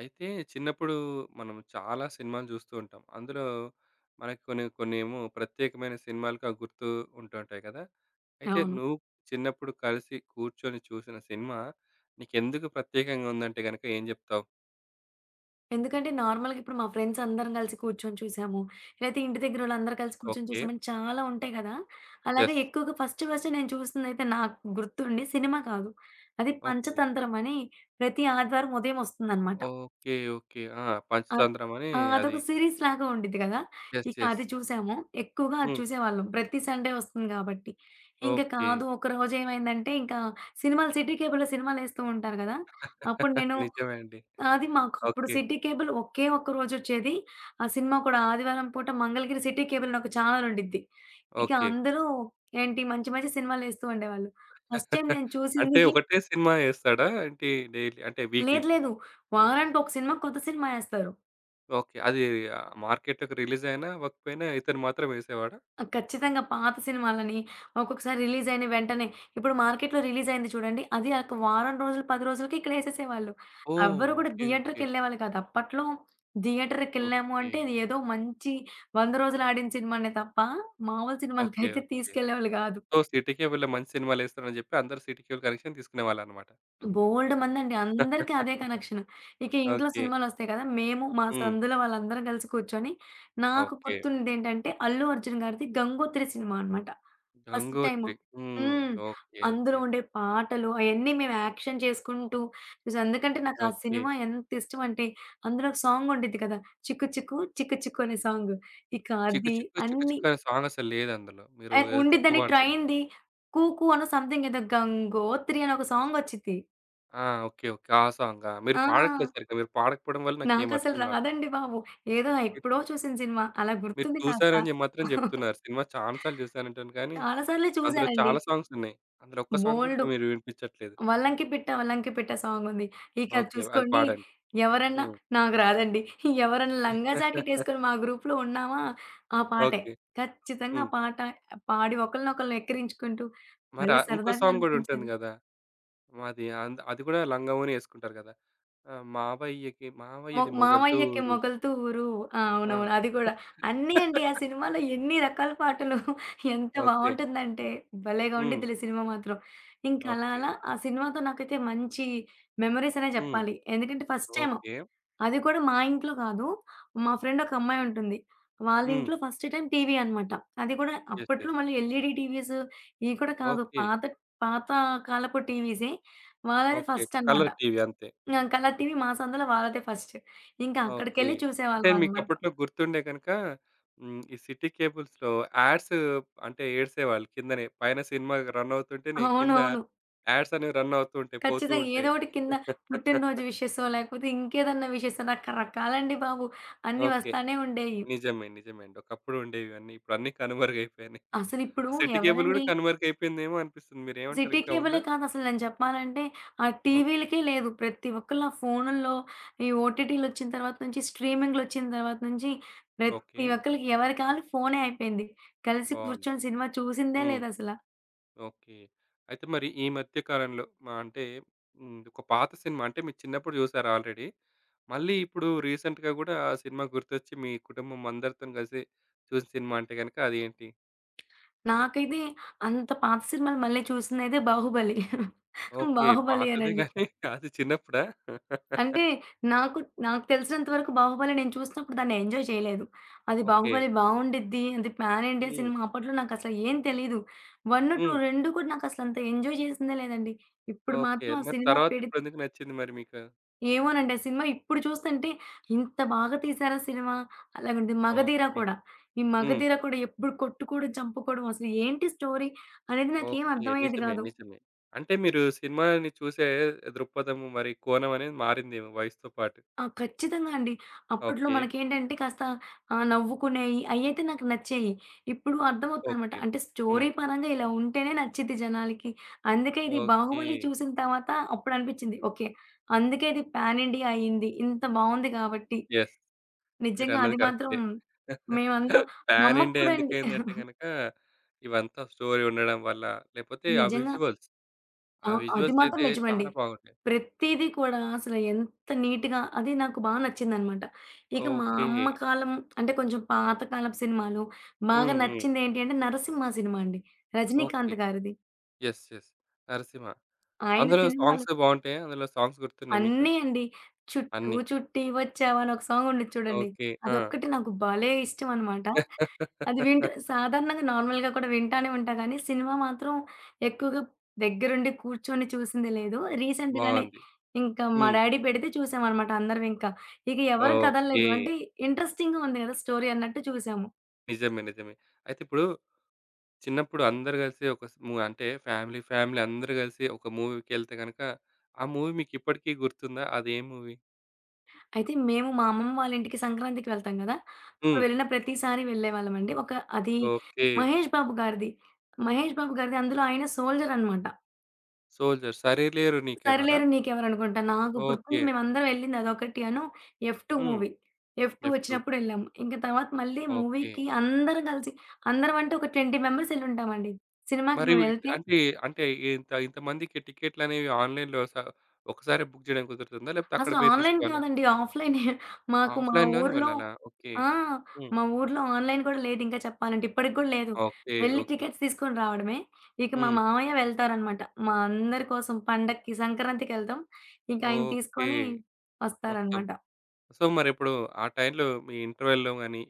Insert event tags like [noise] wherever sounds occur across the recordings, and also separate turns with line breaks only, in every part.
అయితే చిన్నప్పుడు మనం చాలా సినిమాలు చూస్తూ ఉంటాం. అందులో మనకి కొన్ని కొన్నేమో ప్రత్యేకమైన సినిమాలుగా గుర్తు ఉంటుంటాయి కదా! అయితే
అవును.
నువ్వు చిన్నప్పుడు కలిసి కూర్చొని చూసిన సినిమా నీకెందుకు ప్రత్యేకంగా ఉందంటే గనక ఏం చెప్తావు?
ఎందుకంటే నార్మల్‌గా ఇప్పుడు మా ఫ్రెండ్స్ అందరం కలిసి కూర్చొని చూసాము. లేతే ఇంటి దగ్గరోళ్ళందరూ కలిసి కూర్చొని
ఓకే.
చూసామని చాలా ఉంటాయి గదా! అలాగే
యెస్.
ఎక్కువగా ఫస్ట్ ఫస్ట్ నేను చూసిందైతే నాకు గుర్తుండి సినిమా కాదు. అది
ఓకే.
పంచతంత్రం అని ప్రతి ఆదివారం ఉదయం వస్తుందనమాట.
ఓకే. ఓకే. ఆ!
అద్
'పంచతంత్రం' అని
ఆ!
అది.
అదొక సీరీస్‌లాగా ఉండిద్ది కదా!
యెస్.
ఇక
యెస్.
అది చూసాము. ఎక్కువగా అది
హ్మ్.
చూసేవాళ్ళం. ప్రతి సండే వస్తుంది కాబట్టి. ఇంక
ఓకే.
కాదు ఒకరోజు ఏమైందంటే ఇంకా సినిమాలు సిటీ కేబుల్‌లో సినిమాలేస్తూ ఉంటారు కదా! అప్పుడు నేను
[laughs] నిజమే అండి.
అది మాకప్పుడు
ఓకే.
సిటీ కేబుల్ ఒకే ఒక్క రోజొచ్చేది. ఆ సినిమా కూడా ఆదివారం పూట మంగళగిరి సిటీ కేబుల్ అని ఒక ఛానెల్ ఉండిద్ది. ఇక
ఓకే.
అందరూ ఏంటి మంచి మంచి సినిమాలేస్తూ ఉండేవాళ్ళు. ఫస్ట్ టైమ్
[laughs]
నేను
అంటే
చూసింది
ఒకటే సినిమా యేస్తాడా ఏంటి డైలీ అంటే వీక్లీ?
లేదు లేదు. వారానికి ఒక సినిమా కొత్త సినిమా ఏస్తారు.
ఓకే. అది ఆహ్, మార్కెట్‌లోకి రిలీజ్ అయినా, అవ్వకపోయినా ఇతను మాత్రం వేసేవాడా?
ఆ! ఖచ్చితంగా. పాత సినిమాలని ఒక్కొక్కసారి రిలీజ్ అయిన వెంటనే ఇప్పుడు మార్కెట్‌లో రిలీజ్ అయింది చూడండి. అది ఒక వారం రోజులు, 10 రోజులకి ఇక్కడ ఎసేసేవాళ్ళు.
ఓహ్!
ఎవ్వరు కూడా
ఓకే. ఓకే.
థియేటర్‌కెళ్ళేవాళ్ళు కాదు. అప్పట్లో థియేటర్‌కెళ్ళాము
ఓకే.
అంటే అది ఏదో మంచి 100 రోజులు ఆడిన సినిమానే తప్ప మామూలు
ఓకే.
సినిమాలకైతే
ఓకే.
తీసుకెళ్ళేవాళ్ళు కాదు.
సో, సిటీ కేబుల్‌లో మంచి సినిమాలేస్తున్నారని జెప్పి, అందరూ సిటీ కేబుల్ కనెక్షన్ తీసుకునేవాళ్ళనమాట.
బోలెడు మందండి. అందరికి
[laughs]
అదే కనెక్షన్. ఇక ఇంట్లో
ఓకే.
సినిమాలొస్తాయి కదా! మేము మా
హ్మ్.
సందులో వాళ్ళందరం కలిసి కూర్చొని, నాకు
ఓకే.
గుర్తున్నదేంటంటే 'అల్లు అర్జున్' గారిది 'గంగోత్రి' సినిమా అనమాట. First time.
'గంగోత్రి.' హ్మ్.
హ్మ్.
ఓకే.
అందులో
ఓకే.
ఉండే పాటలు అయన్నీ మేము యాక్షన్ చేసుకుంటూ చూసాం. ఎందుకంటే నాకు ఆ
ఓకే.
సినిమా ఎంత ఇష్టం అంటే అందులో ఒక సాంగ్ ఉండిద్ది కదా! 'చిక్కు చిక్కు చిక్కు చిక్కు' అనే సాంగ్. ఇక
'చిక్కు
అది
చిక్కు చిక్కు
అన్ని
చిక్కు' అనే సాంగ్ అసలు లేదందులో. మీరు ఏదో తప్పు
ఉండిద్దని
పాడుతున్నారు.
ట్రైన్‌ది 'కూకు' అనో సంథింగ్ ఏదో 'గంగోత్రి' అని ఒక సాంగొచ్చిద్ది.
ఆ! ఓకే. ఓకే. ఆ సాంగా? మీరు
ఆ!
పాడట్లేదు సరిగ్గా. మీరు పాడకపోవడం వల్ల నాకేం
నాకసలు
అర్థం గావట్లేదు.
రాదండి బాబు. ఏదో
మీరు
ఎప్పుడో చూసిన సినిమా. అలా
మీరు
గుర్తుంది కాస్త.
చూసారని చెప్పి మాత్రం జెప్తున్నారు. సినిమా చాలా సార్లు చూసానంటున్నారు కానీ
చాలా సార్లు
అందులో
చూసానండి.
చాలా సాంగ్స్ ఉన్నాయి. అందులో ఒక్క సాంగ్
బోలెడు
కూడా మీరు వినిపించట్లేదు.
'వల్లంకి పిట్ట వల్లంకి పిట్ట' సాంగుంది. ఇక అది
ఓకే. అది
చూసుకోండి
పాడండి.
ఎవరన్నా
హ్మ్.
నాకు రాదండి. ఎవరన్నా లంగా జాకెట్ ఏసుకొని
[laughs]
మా గ్రూప్‌లో ఉన్నామా ఆ పాటే.
ఓకే.
ఖచ్చితంగా ఆ
హ్మ్.
పాట పాడి ఒకళ్ళనొకళ్ళని ఎక్కిరించుకుంటూ
మరి
భలే
ఆహ్, ఇంకో
సరదాగా
సాంగ్ గూడా ఉంటుంది
అనిపించేది.
గదా! మాది అది గూడా లంగావోణి యేసుకుంటారు గదా! ఆ! మావయ్యకి మావయ్యది
మామయ్యకి
మొగల్తూరు.
మొగల్తూ ఊరు. ఆ!
ఆ!
అవునవును. అది గూడా. అన్నీ అండి ఆ
[laughs]
సినిమాలో ఎన్ని రకాల పాటలు. [laughs] ఎంత
ఓకే.
బావుంటుందంటే భలేగా
హ్మ్.
ఉండిద్దిలే సినిమా మాత్రం. ఇంక అలా
ఓకే.
అలా ఆ సినిమాతో నాకైతే మంచి మెమోరీస్ అనే
హ్మ్.
జెప్పాలి. ఎందుకంటే ఫస్ట్ టైమ్
ఓకే.
అది కూడా మా ఇంట్లో కాదు. మా ఫ్రెండ్ ఒక అమ్మాయి ఉంటుంది. వాళ్ళ
హ్మ్.
ఇంట్లో ఫస్ట్ టైమ్ టీవీ అనమాట. అది కూడా
యెస్.
అప్పట్లో
యెస్.
మళ్ళీ ఎల్ఈడీ టీవీస్ ఇవి కూడా కాదు.
ఓకే.
పాత పాత కాలపు టీవీసే. వాళ్ళది
ఓకే.
ఫస్ట్ అనమాట.
కలర్ టీవీ అంతే.
ఇంక అంకల్లా టీవీ మా సందులో వాళ్ళదే ఫస్ట్. ఇంకా
ఓకే.
అక్కడికెళ్ళి
అంటే
చూసేవాళ్ళమనమాట.
మీకప్పట్లో గుర్తుండే గనుక హ్మ్. ఈ సిటీ కేబుల్స్‌లో యాడ్స్ అంటే ఏడ్సేవాళ్ళు కిందనే. పైన సినిమా రన్ అవుతుంటేనే కింద
అవునవును.
యాడ్స్ అనేవి రన్ అవుతూ ఉంటాయి. పోతూ
ఖచ్చితంగా ఏదో
ఉంటాయి.
ఒకటి కింద పుట్టినరోజు
[laughs]
విషెసో, లేకపోతే ఇంకేదన్నా విషెసో రకరకాలండి బాబు. అన్నీ
ఓకే.
వస్తానే ఉండేయి.
నిజమే. నిజమే అండి. ఒకప్పుడు ఉండేవివన్నీ. ఇప్పుడన్నీ కనుమరుగైపోయినాయి. ఆ
అసలిప్పుడు
సిటీ కేబుల్ గూడా
ఎవరండి
కనుమరుగైపోయిందేమో అనిపిస్తుంది. మీరేమంటారు
సిటీ
ఇంకా
కేబులే
ఉందా?
కాదసలు నేను చెప్పాలంటే, ఆ
ఓకే.
టీవీలకే లేదు. ప్రతి ఒక్కళ్ళు ఆ ఫోనుల్లో ఈ ఓటీటీలొచ్చిన తర్వాత నుంచి, స్ట్రీమింగ్‌లొచ్చిన తర్వాత నుంచి
ఓకే.
ప్రతి ఒక్కళ్ళకి ఎవరికాళ్ళు ఫోనే అయిపోయింది. కలిసి
బావుంది.
కూర్చొని సినిమా చూసిందే
హ్మ్.
లేదసల.
ఓకే. అయితే మరి ఈ మధ్య కాలంలో అంటే హ్మ్. ఒక పాత సినిమా అంటే మీరు చిన్నప్పుడు జూసారు ఆల్రెడీ. మళ్ళీ ఇప్పుడు రీసెంట్‌గా గూడా ఆ సినిమా గుర్తొచ్చి మీ కుటుంబం అందరితోని కలిసి చూసిన సినిమా అంటే గనక అదేంటి?
నాకైతే అంత పాత సినిమాలు మళ్ళీ చూసిందయితే 'బాహుబలి.'
ఓకే.
'బాహుబలి'
పాతదే
అనండి.
గానీ [laughs] అది చిన్నప్పుడా? [laughs]
అంటే నాకు నాకు తెలిసినంత వరకు 'బాహుబలి' నేను చూసినప్పుడు దాన్ని ఎంజాయ్ చేయలేదు. అది
ఓకే.
'బాహుబలి' బావుండిద్ది. అది పాన్ ఇండియా
హ్మ్.
సినిమా అప్పట్లో నాకసలు ఏం తెలీదు. 1, 2
హ్మ్.
2 కూడా నాకసలు అంత ఎంజాయ్ చేసిందే లేదండి. ఇప్పుడు
ఓకే.
మాత్రం ఆ
మరి
సినిమా
తర్వాత
పెడితే
ఇప్పుడెందుకు నచ్చింది మరి మీకు?
ఏమోనండి ఆ సినిమా ఇప్పుడు చూస్తుంటే ఇంత బాగా తీశారా సినిమా అలాగుంది. 'మగధీర'
ఓకే.
కూడా. ఈ
హ్మ్.
'మగధీర' కూడా ఎప్పుడు కొట్టుకోవడం, చంపుకోవడం అసలు ఏంటి స్టోరీ అనేది నాకేం
ఓకే.
అర్థమయ్యేది
నిజమే.
కాదు.
నిజమే. అంటే మీరు సినిమాని చూసే దృక్పథం మరి కోణం అనేది మారిందేమో వయసుతో పాటు.
ఆ! ఖచ్చితంగా అండి. అప్పట్లో
ఓకే.
మనకేంటంటే కాస్త నవ్వుకునేయి అయ్యయితే నాకు నచ్చేయి. ఇప్పుడు అర్థమవుతుందనమాట.
ఓకే.
అంటే
హ్మ్.
స్టోరీ పరంగా ఇలా ఉంటేనే నచ్చిద్ది జనాలకి. అందుకే ఇది
ఓకే.
'బాహుబలి' చూసిన తర్వాత అప్పుడనిపిచ్చింది. ఓకే. అందుకే ఇది పాన్ ఇండియా అయింది. ఇంత బావుంది కాబట్టి.
యెస్.
నిజంగా
మీరన్నది
అది మాత్రం
కరెక్టే.
మేమందరం మా
పాన్
అమ్మకి
ఇండియా
కూడా అండి
ఎందుకయిందంటే
[laughs]
గనక, ఇవంతా స్టోరీ ఉండడం వల్ల, లేపోతే ఆ
నిజంగా
విజువల్స్.
ఆ!
ఆ
అది
విజువల్స్
మాత్రం
అయితే
నిజమండి.
చాలా బాగుంటాయి.
ప్రతీదీ కూడా అసలు ఎంత నీట్‌గా అది నాకు బా నచ్చిందనమాట. ఇక మా
ఓకే.
అమ్మ కాలం అంటే కొంచెం పాత కాలపు సినిమాలు బాగా
హ్మ్. హ్మ్.
నచ్చిందేంటి అంటే 'నరసింహ' సినిమా అండి.
ఓకే.
రజనీకాంత్ గారిది.
యెస్. యెస్. 'నరసింహ'.
ఆయన
అందులో
సినిమాలు
సాంగ్స్ బావుంటాయా? అందులో సాంగ్స్ గుర్తున్నాయా మీకు?
అన్నీ అండి. 'చుట్టూ
అన్నీ.
చుట్టి వచ్చావా' అని ఒక సాంగ్ ఉండిద్ది చూడండి.
ఓకే. ఆ!
అదొక్కటి నాకు భలే ఇష్టమనమాట. అది వింటూ సాధారణంగా నార్మల్‌గా కూడా వింటానే ఉంటా గానీ, సినిమా మాత్రం ఎక్కువగా దగ్గరుండి కూర్చొని చూసింది లేదు. రీసెంట్‌గానే
బావుంది.
ఇంకా మా
హ్మ్.
డ్యాడీ పెడితే చూసామనమాట అందరం ఇంకా. ఇక ఎవరు
ఓకే.
కదలలేదు. అంటే ఇంట్రెస్టింగ్‌గా ఉంది గదా! స్టోరీ అన్నట్టు చూసాము.
నిజమే. నిజమే. అయితే ఇప్పుడు చిన్నప్పుడు అందరూ కలిసి ఒక స్ ము అంటే ఫ్యామిలీ అందరూ కలిసి ఒక మూవీకెళ్తే గనక, ఆ మూవీ మీకిప్పటికీ గుర్తుందా? అది ఏ మూవీ?
అయితే మేము మా అమ్మమ్మ వాళ్ళ ఇంటికి సంక్రాంతికి వెళ్తాం గదా!
హ్మ్.
అప్పుడు వెళ్ళిన ప్రతిసారి వెళ్ళేవాళ్ళమండి. ఒక అది
ఓకే.
మహేష్ బాబు గారిది. మహేష్ బాబు గారిది. అందులో ఆయన సోల్జర్ అనమాట.
'సోల్జర్'. 'సరిలేరు నీకెవరా'?
'సరిలేరు నీకెవరనుకుంటా' నాకు
ఓకే.
గుర్తుంది మేమందరం వెళ్ళింది అదొకటి అను 'ఎఫ్ టూ'
హ్మ్.
మూవీ. 'ఎఫ్ టూ'
'ఎఫ్2'
వచ్చినప్పుడు ఎళ్ళాము. ఇంక తర్వాత మళ్ళీ
ఓకే.
మూవీకి అందరం కలిసి అందరం అంటే ఒక 20 మెంబర్స్ ఎళ్ళుంటామండి. సినిమాకి
మరి
మేమెళ్తే
అంటే అంటే ఇంత ఇంతమందికి టికెట్లనేవి ఆన్‌లైన్‌లో స ఒకసారే బుక్ చేయడం కుదురుతుందా? లేకపోతే అక్కడ
అసలు
పోయి
ఆన్‌లైన్
తీసుకోవాలా?
కాదండి. ఆఫ్‌లైనే. మాకు మా
ఆఫ్‌లైన్‌లోనే
ఊర్లో
వెళ్ళాలా? ఓకే.
ఆ!
హ్మ్.
మా ఊర్లో ఆన్‌లైన్ కూడా లేదు ఇంకా చెప్పాలంటే. ఇప్పటికి కూడా లేదు.
ఓకే.
వెళ్లి
ఓకే.
టికెట్స్ తీసుకొని రావడమే. ఇక మా
హ్మ్.
మామయ్య వెళ్తారనమాట. మా అందరి కోసం పండక్కి సంక్రాంతికెళ్తాం. ఇంక ఆయన
ఓకే.
తీసుకొని
మొత్తం.
వస్తారనమాట.
సో, మరిప్పుడు ఆ టైంలో మీ ఇంటర్వెల్‌లో గాని,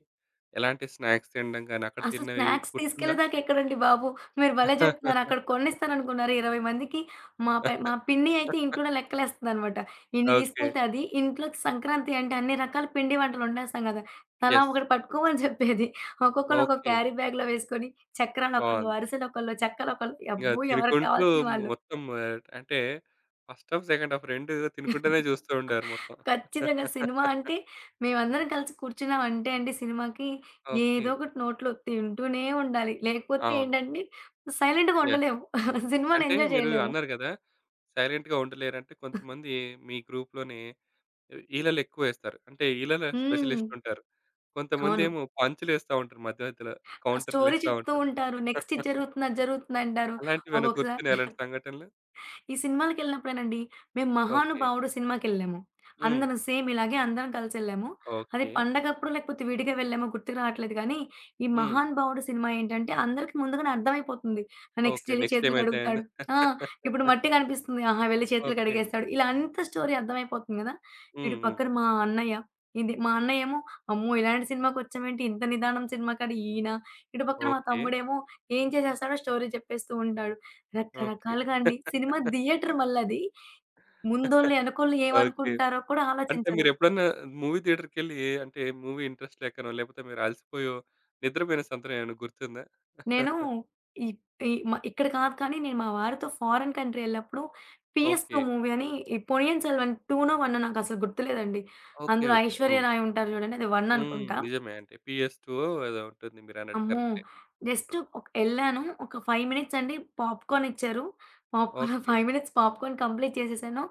ఎలాంటి స్నాక్స్ తినడం గాని, అక్కడ
అసలు
తిన్నవి
స్నాక్స్
గుర్తుందా?
తీసుకెళ్ళేదాకా ఎక్కడండి బాబు! మీరు భలే జెప్తున్నారు. అక్కడ కొన్నిస్తాననుకున్నారు 20 మందికి. మా పిన్ని అయితే
[laughs]
ఇంట్లోనే లెక్కలేస్తదనమాట. ఇన్ని
ఓకే.
తీసుకెళ్తే అది ఇంట్లోకి సంక్రాంతి అంటే అన్ని రకాల పిండి వంటలు వండేస్తాం గదా! తలా
యెస్.
ఒకటి పట్టుకోమని జెప్పేది. ఒక్కొక్కళ్ళు ఒక్కొక్క
ఓకే.
క్యారీ బ్యాగ్‌లో వేసుకొని చక్రాలొకళ్ళు,
బావుంది.
అరిసెలొకళ్ళు, చెక్కలొకళ్ళు
ఇంగ
అబ్బో! ఎవరికి
తినుకుంటూ
కావాల్సిన వాళ్ళు.
మొత్తం ఆహ్, అంటే ఫస్ట్ హాఫ్, సెకండ్ హాఫ్ 2 తినుకుంటూనే చూస్తూ ఉండారు మొత్తం.
ఖచ్చితంగా. సినిమా
[laughs]
అంటే మేమందరం కలిసి కూర్చున్నామంటే అండి సినిమాకి
ఓకే.
ఏదో ఒకటి నోట్లో తింటూనే ఉండాలి. లేకపోతే
అవును.
ఏంటంటే సైలెంట్‌గా
యెస్.
ఉండలేము. [laughs] సినిమాని
అంటే
ఎంజాయ్
మీరు
చేయలేము.
అన్నారు గదా! సైలెంట్‌గా ఉండలేరంటే కొంతమంది మీ గ్రూప్‌లోనే ఈలలు ఎక్కువేస్తారు. అంటే ఈలల
హ్మ్.
స్పెషలిస్టుంటారు.
అవును.
కొంతమందేమో పంచులేస్తా ఉంటారు మధ్య మధ్యలో.
ఆ స్టోరీ
కౌంటర్‌లేస్తా
చెప్తూ
ఉంటారు.
ఉంటారు. నెక్స్ట్ ఇది
[laughs]
జరుగుతుంది, అది జరుగుతుంది అంటారు.
అలాంటివేమైనా
ఒక్కొక్కసారి
గుర్తున్నాయా అలాంటి సంఘటనలు?
ఈ సినిమాలకెళ్ళినప్పుడేనండి, మేము
ఓకే.
'మహానుభావుడు' సినిమాకెళ్ళాము.
హ్మ్.
అందరం సేమ్ ఇలాగే అందరం కలిసెళ్ళాము. అది
ఓకే.
పండగప్పుడు లేకపోతే విడిగా వెళ్ళామో గుర్తుకు రావట్లేదు కానీ, ఈ
హ్మ్.
'మహానుభావుడు' సినిమా ఏంటంటే అందరికి ముందుగానే అర్థమైపోతుంది. Next
okay.
ఎళ్లి
నెక్స్ట్
చేతులు
ఏమైతే అయింది.
కడుగుతాడు. ఆ! ఇప్పుడు మట్టి
[laughs]
కనిపిస్తుంది. ఆహా! వెళ్లి చేతులు
ఓకే.
కడిగేస్తాడు. ఇలా అంతా స్టోరీ అర్థమైపోతుంది గదా! ఇటు
హ్మ్. హ్మ్.
పక్కన మా అన్నయ్య, ఇది మా అన్నయ్యేమో అమ్మో! ఇలాంటి సినిమాకొచ్చామేంటి ఇంత నిదానం సినిమాకని ఈయన, ఇటు పక్కన మా
ఓకే.
తమ్ముడేమో ఏం చేసేస్తాడో స్టోరీ చెప్పేస్తూ ఉంటాడు.
ఓకే.
రకరకాలుగా అండి. సినిమా థియేటర్ మళ్ళది. ముందోళ్ళు,
[laughs]
ఎనకోళ్ళు
ఓకే.
ఏమనుకుంటారో కూడా
అంటే
ఆలోచించరు.
మీరెప్పుడన్నా మూవీ థియేటర్‌కెళ్ళి అంటే మూవీ ఇంట్రెస్ట్ లేకనో, లేకపోతే మీరు అలసిపోయో నిద్రపోయిన సందర్భం ఏమైనా గుర్తుందా?
నేను
[laughs]
ఈ ఈ మ ఇక్కడ కాదు కానీ నేను మా వారితో ఫారిన్ కంట్రీ ఎళ్ళినప్పుడు
ఓకే.
'పీఎస్‌టూ' మూవీ అని ఈ 'పొన్నియిన్ సెల్వన్' 2నో, 1నో నాకసలు గుర్తులేదండి.
ఓకే.
అందులో
ఓకే.
ఐశ్వర్య
హ్మ్.
రాయ్ ఉంటారు చూడండి. అది 1
హ్మ్.
అనుకుంటా.
నిజమే అంటే 'పీఎస్2' ఏదో ఉంటుంది మీరన్నట్టు
అమ్మో!
కరెక్టే.
జస్ట్ ఒక ఎళ్ళాను. ఒక 5 మినిట్స్ అండి పాప్‌కార్న్ ఇచ్చారు. Popcorn
okay.
5 minutes popcorn complete చేసేసాను.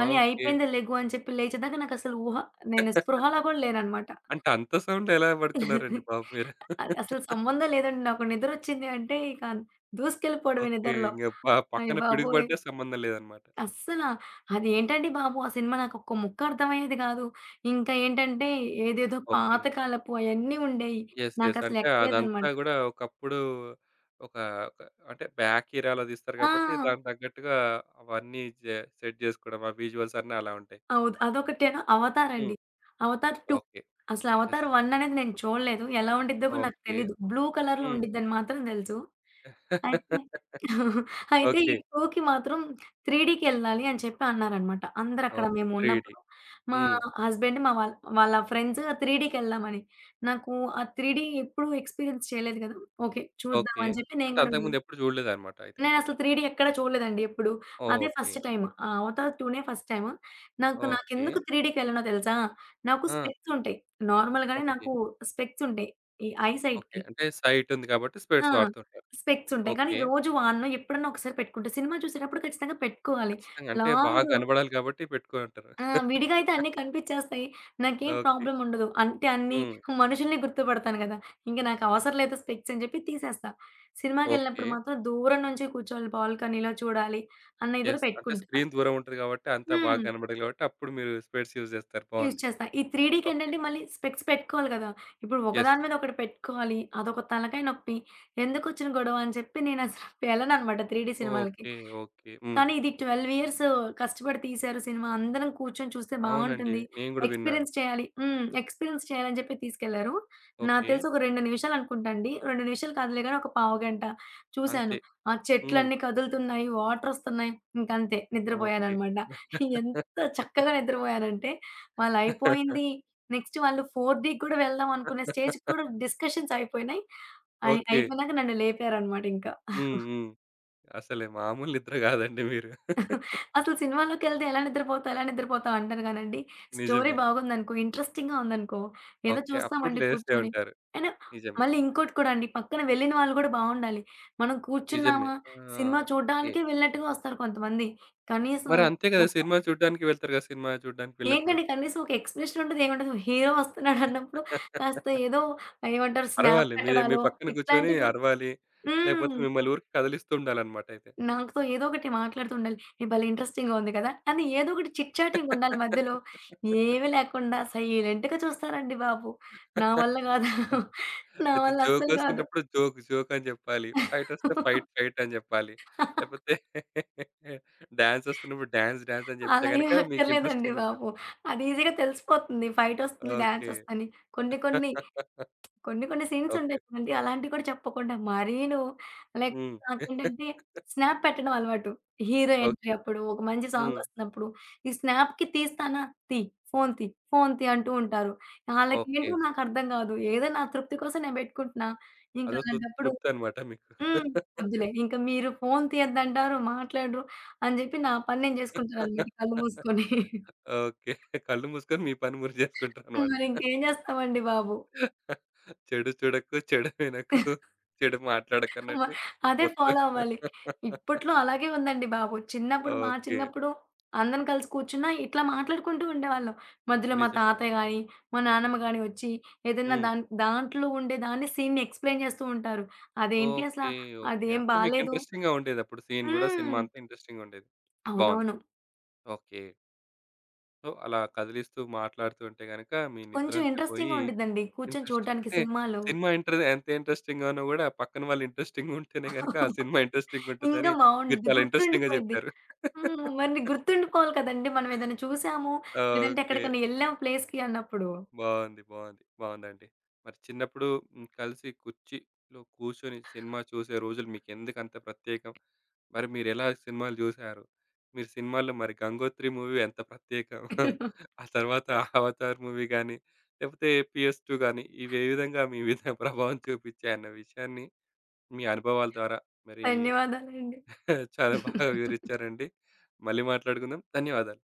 మళ్ళీ
ఓకే.
అయిపోయింది లెగు అని చెప్పి లేచేదాకా నాకసలు ఊహ నేను
[laughs]
స్పృహలో కూడా లేననమాట.
అంటే అంత సౌండ్‌లో ఎలా పడుకున్నారండి బాబు మీరు?
అది
[laughs]
అసలు సంబంధం లేదండి. నాకు నిద్రొచ్చింది అంటే ఇక దూసుకెళ్ళిపోవడమే
ఓకే.
నిద్రలో.
ఇంగ
అయ్య
పక్కన
బాబోయ్!
పిడుగుపడ్డా సంబంధం లేదన్నమాట.
అస్సల అది ఏంటండి బాబు! ఆ సినిమా నాకు ఒక్క ముక్క అర్థమయ్యేది కాదు. ఇంకా ఏంటంటే ఏదేదో
ఓకే.
పాతకాలపు అయన్నీ ఉండేయి.
యెస్. యెస్.
నాకసలు
అంటే అదంతా
ఎక్కలేదనమాట.
గూడా ఒకప్పుడు ఒక ఒక అంటే బ్యాక్ ఏరియాలో తీస్తారు
ఆ!
కాబట్టి దానికి తగ్గట్టుగా అవన్నీ సెట్ జేసుకోవడం. ఆ విజువల్స్ అన్నీ అలా ఉంటాయి.
అవును. అదొకటేను. 'అవతార్' అండి.
హ్మ్.
'Avatar 2'
okay.
అసలు
యెస్.
'అవతార్ 1' అనేది నేను చూడలేదు. ఎలా ఉండిద్దో కూడా నాకు
ఓకే.
తెలీదు. బ్లూ కలర్‌లో
హ్మ్.
ఉండిద్దని మాత్రం తెలుసు. అయితే
[laughs]
[laughs] అయితే ఈ
ఓకే.
2కి మాత్రం 3డీకెళ్ళాలి అని చెప్పి అన్నారనమాట. అందరక్కడ
ఓకే.
మేము
3 డీ.
ఉన్నప్పుడు మా
హ్మ్.
హస్బెండ్, మా వాళ్ళ వాళ్ళ ఫ్రెండ్స్ 3డీకెళ్దామని. నాకు ఆ 3డీ ఎప్పుడు ఎక్స్‌పీరియన్స్ చేయలేదు కదా! ఓకే. చూద్దాం
ఓకే.
అని చెప్పి నేను
అంటే
కూడా వెళ్ళా.
అంతకుముందు ఎప్పుడు చూడలేదన్నమాట అయితే మీరు.
నేనసలు 3 డీ ఎక్కడ చూడలేదండి ఎప్పుడు. అదే
ఓకే.
First time. ఆ! 'Avatar 2' first time.
ఓకే.
నాకెందుకు 3 డీకి ఎళ్ళానో తెలుసా? నాకు
ఆ!
స్పెక్స్ ఉంటాయి. నార్మల్‌గానే
ఓకే.
నాకు స్పెక్స్ ఉంటాయి. ఈ ఐ
ఓకే.
సైట్‌కి.
అంటే సైట్ ఉంది కాబట్టి
ఆ!
స్పెట్స్ వాడుతుంటారు.
స్పెక్స్ ఉంటాయి. కానీ
ఓకే.
రోజు వాడను. ఎప్పుడన్నా ఒకసారి పెట్టుకుంటా. సినిమా చూసేటప్పుడు ఖచ్చితంగా పెట్టుకోవాలి.
ఖచ్చితంగా. అంటే బాగా
లాంగ్
కనబడాలి కాబట్టి పెట్టుకోనుంటారు.
ఆ! విడిగా
[laughs]
అయితే అన్నీ కనిపిచ్చేస్తాయి. నాకేం
ఓకే.
ప్రాబ్లమ్ ఉండదు. అంటే అన్ని
హ్మ్.
మనుషుల్ని గుర్తుపడతాను గదా! ఇంక నాకు అవసరం లేదు స్పెక్స్ అని చెప్పి తీసేస్తా.
ఓకే.
సినిమాకెళ్ళినప్పుడు మాత్రం దూరం నుంచి కూర్చోవాలి బాల్కనీలో చూడాలి అన్న ఇదిలో
యెస్. అంటే
పెట్టుకుంటా.
స్క్రీన్ దూరం ఉంటది కాబట్టి అంతా బాగా
హ్మ్.
కనబడదు కాబట్టి అప్పుడు మీరు స్పెట్స్ యూజ్ చేస్తారు.
యూజ్
బావుంది.
చేస్తా. ఈ
ఓకే.
3డీకేంటంటే మళ్ళీ స్పెక్స్ పెట్టుకోవాలి గదా! ఇప్పుడు
యెస్.
ఒకదాని మీద ఒకటి పెట్టుకోవాలి. అదొక తలకాయ నొప్పి. ఎందుకొచ్చిన గొడవ అని చెప్పి నేనసలు వెళ్ళననమాట 3డీ సినిమాలకి.
ఓకే. ఓకే. హ్మ్.
కానీ ఇది 12 ఇయర్స్ కష్టపడి తీశారు సినిమా. అందరం కూర్చొని చూస్తే
అవునండి.
బావుంటుంది.
నేను గూడా విన్నాను.
ఎక్స్‌పీరియన్స్ చేయాలి. హ్మ్. ఎక్స్‌పీరియన్స్ చేయాలని చెప్పి తీసుకెళ్లారు. నాకు
ఓకే.
తెలిసి ఒక 2 నిమిషాలు అనుకుంటా అండి. 2 నిమిషాలు కాదులే గాని ఒక పావుగంట చూశాను.
అంతే.
ఆ
హ్మ్.
చెట్లన్నీ కదులుతున్నాయి. వాటరొస్తున్నాయి. ఇంకంతే
ఓకే.
నిద్రపోయాననమాట. ఎంత చక్కగా నిద్రపోయానంటే వాళ్ళయిపోయింది.
[laughs]
నెక్స్ట్ వాళ్ళు 4డీకి కూడా వెళ్దాం అనుకునే స్టేజ్‌కి కూడా డిస్కషన్స్ అయిపోయినాయి.
ఓకే.
అయిపోయినాక నన్ను లేపారనమాట ఇంకా.
హ్మ్. హ్మ్. అసలు మామూలు నిద్ర గాదండి మీరు. [laughs]
అసలు సినిమాలోకెళ్తే ఎలా నిద్రపోతావు, ఎలా నిద్రపోతావు అంటారు గానండి. స్టోరీ
నిజమే.
బాగుందనుకో, ఇంట్రెస్టింగ్‌గా ఉందనుకో, ఏదో
ఓకే. అప్పుడు
చూస్తామండి
లేస్తే
కూర్చొని.
ఉంటారు.
అయినా
నిజమే.
మళ్ళీ ఇంకోటి కూడా అండి, పక్కన వెళ్ళిన వాళ్ళు గూడా బావుండాలి. మనం
నిజమే.
కూర్చున్నామా,
ఆ!
Cinema
okay.
చూడ్డానికే వెళ్ళినట్టుగా వస్తారు కొంతమంది. కనీసం
మరి అంతే గదా!
ఒక
సినిమా చూడ్డానికి వెళ్తారు గదా! సినిమా చూడ్డానికి వెళ్ళినప్పుడు.
ఏంటండి కనీసం ఒక ఎక్స్‌ప్లనేషన్ ఉండదు, ఏముండదు. హీరో వస్తున్నాడన్నప్పుడు
[laughs]
కాస్త ఏదో ఏమంటారు స్నాప్
అరవాలి. మీ మీ
పెట్టడాలో
పక్కన కూర్చొని
ఇట్లాంటివి గూడా
అరవాలి. లేకపోతే
హ్మ్.
మిమ్మల్ని ఊరికే కదిలిస్తూ ఉండాలన్నమాట అయితే.
నాకుతో ఏదో ఒకటి మాట్లాడుతూ ఉండాలి. "ఇది భలే ఇంట్రెస్టింగ్‌గా ఉంది కదా!" అని ఏదో ఒకటి చిట్ చాటింగ్ ఉండాలి మధ్యలో. ఏమీ
[laughs]
లేకుండా సైలెంట్‌గా చూస్తారండి బాబు. నా వల్ల కాదు.
ఓకే.
నా
అయితే
వల్ల అస్సలు కాదు.
జోకొస్తున్నప్పుడు జోక్, జోక్ అని జెప్పాలి. ఫైటొస్తే ఫైట్, ఫైట్ అని జెప్పాలి. లేపోతే డాన్సొస్తున్నప్పుడు [laughs] డాన్స్, డాన్స్ అని జెప్తే
అలా
గనక
ఏం
మీకు
అక్కర్లేదండి
ఇంట్రెస్టింగుంటది.
బాబు. అది ఈజీగా తెలిసిపోతుంది. ఫైట్ వస్తుంది, డాన్స్
ఓకే.
వస్తదని. కొన్ని కొన్ని
[laughs]
కొన్ని కొన్ని సీన్స్
ఓకే.
ఉంటాయి కదండీ! అలాంటివి కూడా చెప్పకుండా మరీను
[laughs]
లైక్
హ్మ్.
నాకేంటంటే స్నాప్ పెట్టడం అలవాటు. Hero entry
okay.
అప్పుడు, ఒక మంచి
హ్మ్.
సాంగొస్తున్నప్పుడు, ఈ స్నాప్‌కి తీస్తానా? తీ. ఫోను తీ. ఫోను తీ అంటూ ఉంటారు.
ఓకే.
ఆళ్ళకేంటో నాకర్థం కాదు. ఏదో నా తృప్తి కోసం నేను పెట్టుకుంటున్నా. ఇంక
అదో
అలాంటప్పుడు
తృప్తనమాట మీకు.
హ్మ్. వద్దులే. ఇంక మీరు ఫోను తీయొద్దంటారు, మాట్లాడరు అని చెప్పి నా పని నేను చేసుకుంటాననమాట కళ్ళు మూసుకొని.
ఓకే. కళ్ళు మూసుకొని మీ పని మీరు జేసుకుంటారనమాట.
మరింకేం చేస్తామండి బాబు.
చెడు చూడకు, చెడు వినకు, చెడు
వ
మాట్లాడకన్నట్టు
అదే
మొత్తం
ఫాలో అవ్వాలి. ఇప్పట్లో అలాగే ఉందండి బాబు. మా
ఓకే.
చిన్నప్పుడు అందరం కలిసి కూర్చున్నా ఇట్లా మాట్లాడుకుంటూ ఉండేవాళ్ళం. మధ్యలో మా
నిజమే.
తాతయ్య గాని, మా నాన్నమ్మ గాని వచ్చి ఏదైనా
హ్మ్.
దాంట్లో ఉండే దాన్ని సీన్‌ని ఎక్స్‌ప్లెయిన్ చేస్తూ ఉంటారు. అదేంటి అసల
ఓకే. ఓకే.
అదేం
అప్పుడు మీకు
బాలేదు
ఇంట్రెస్టింగ్‌గా ఉండేదప్పుడు సీన్ గూడా సినిమా
హ్మ్.
అంతా ఇంట్రెస్టింగ్‌గా ఉండేది. బావుంది.
అవునవును.
ఓకే. సో, అలా కదిలిస్తూ మాట్లాడుతూ ఉంటే గనక మీ
కొంచెం
నిద్రంతా పోయి
ఇంట్రెస్టింగ్‌గా ఉండిద్దండి కూర్చొని
ఇంట్రెస్ట్.
చూడటానికి
అంటే
సినిమాలు.
సినిమా ఎంత ఇంట్రెస్టింగ్‌గా ఉన్నా గూడా పక్కన వాళ్ళు ఇంట్రెస్టింగ్‌గా ఉంటేనే గనక ఆ
[laughs]
సినిమా ఇంట్రెస్టింగ్‌గా
ఇంకా
ఉంటదని మీరు
బావుండిద్ది.
చాలా ఇంట్రెస్టింగ్‌గా
గుర్తుండిపోయిద్ది.
జెప్పారు.
హ్మ్. మరి
[laughs]
గుర్తుండిపోవాలి కదండీ! మనం ఏదైనా చూసాము, లేదంటే
ఓకే.
ఎక్కడికైనా ఎళ్ళాం ప్లేస్‌కి అన్నప్పుడు.
బావుంది. బావుంది. బావుందండి. మరి చిన్నప్పుడు హ్మ్, కలిసి కుర్చీలో కూర్చొని సినిమా చూసే రోజులు మీకెందుకంత ప్రత్యేకం? మరి మీరెలా సినిమాలు జూసారు? మీరు సినిమాల్లో మరి 'గంగోత్రి' మూవీ ఎంత ప్రత్యేకం? ఆ తర్వాత 'అవతార్' మూవీ గానీ, లేకపోతే 'పిఎస్2' గానీ, ఇవి ఏ విధంగా మీ మీద [laughs] ప్రభావం చూపించాయన్న విషయాన్ని మీ అనుభవాల ద్వారా మరి
ధన్యవాదాలండి.
[laughs] చాలా బాగా
[laughs]
వివరిచ్చారండి. మళ్ళీ మాట్లాడుకుందాం. ధన్యవాదాలు.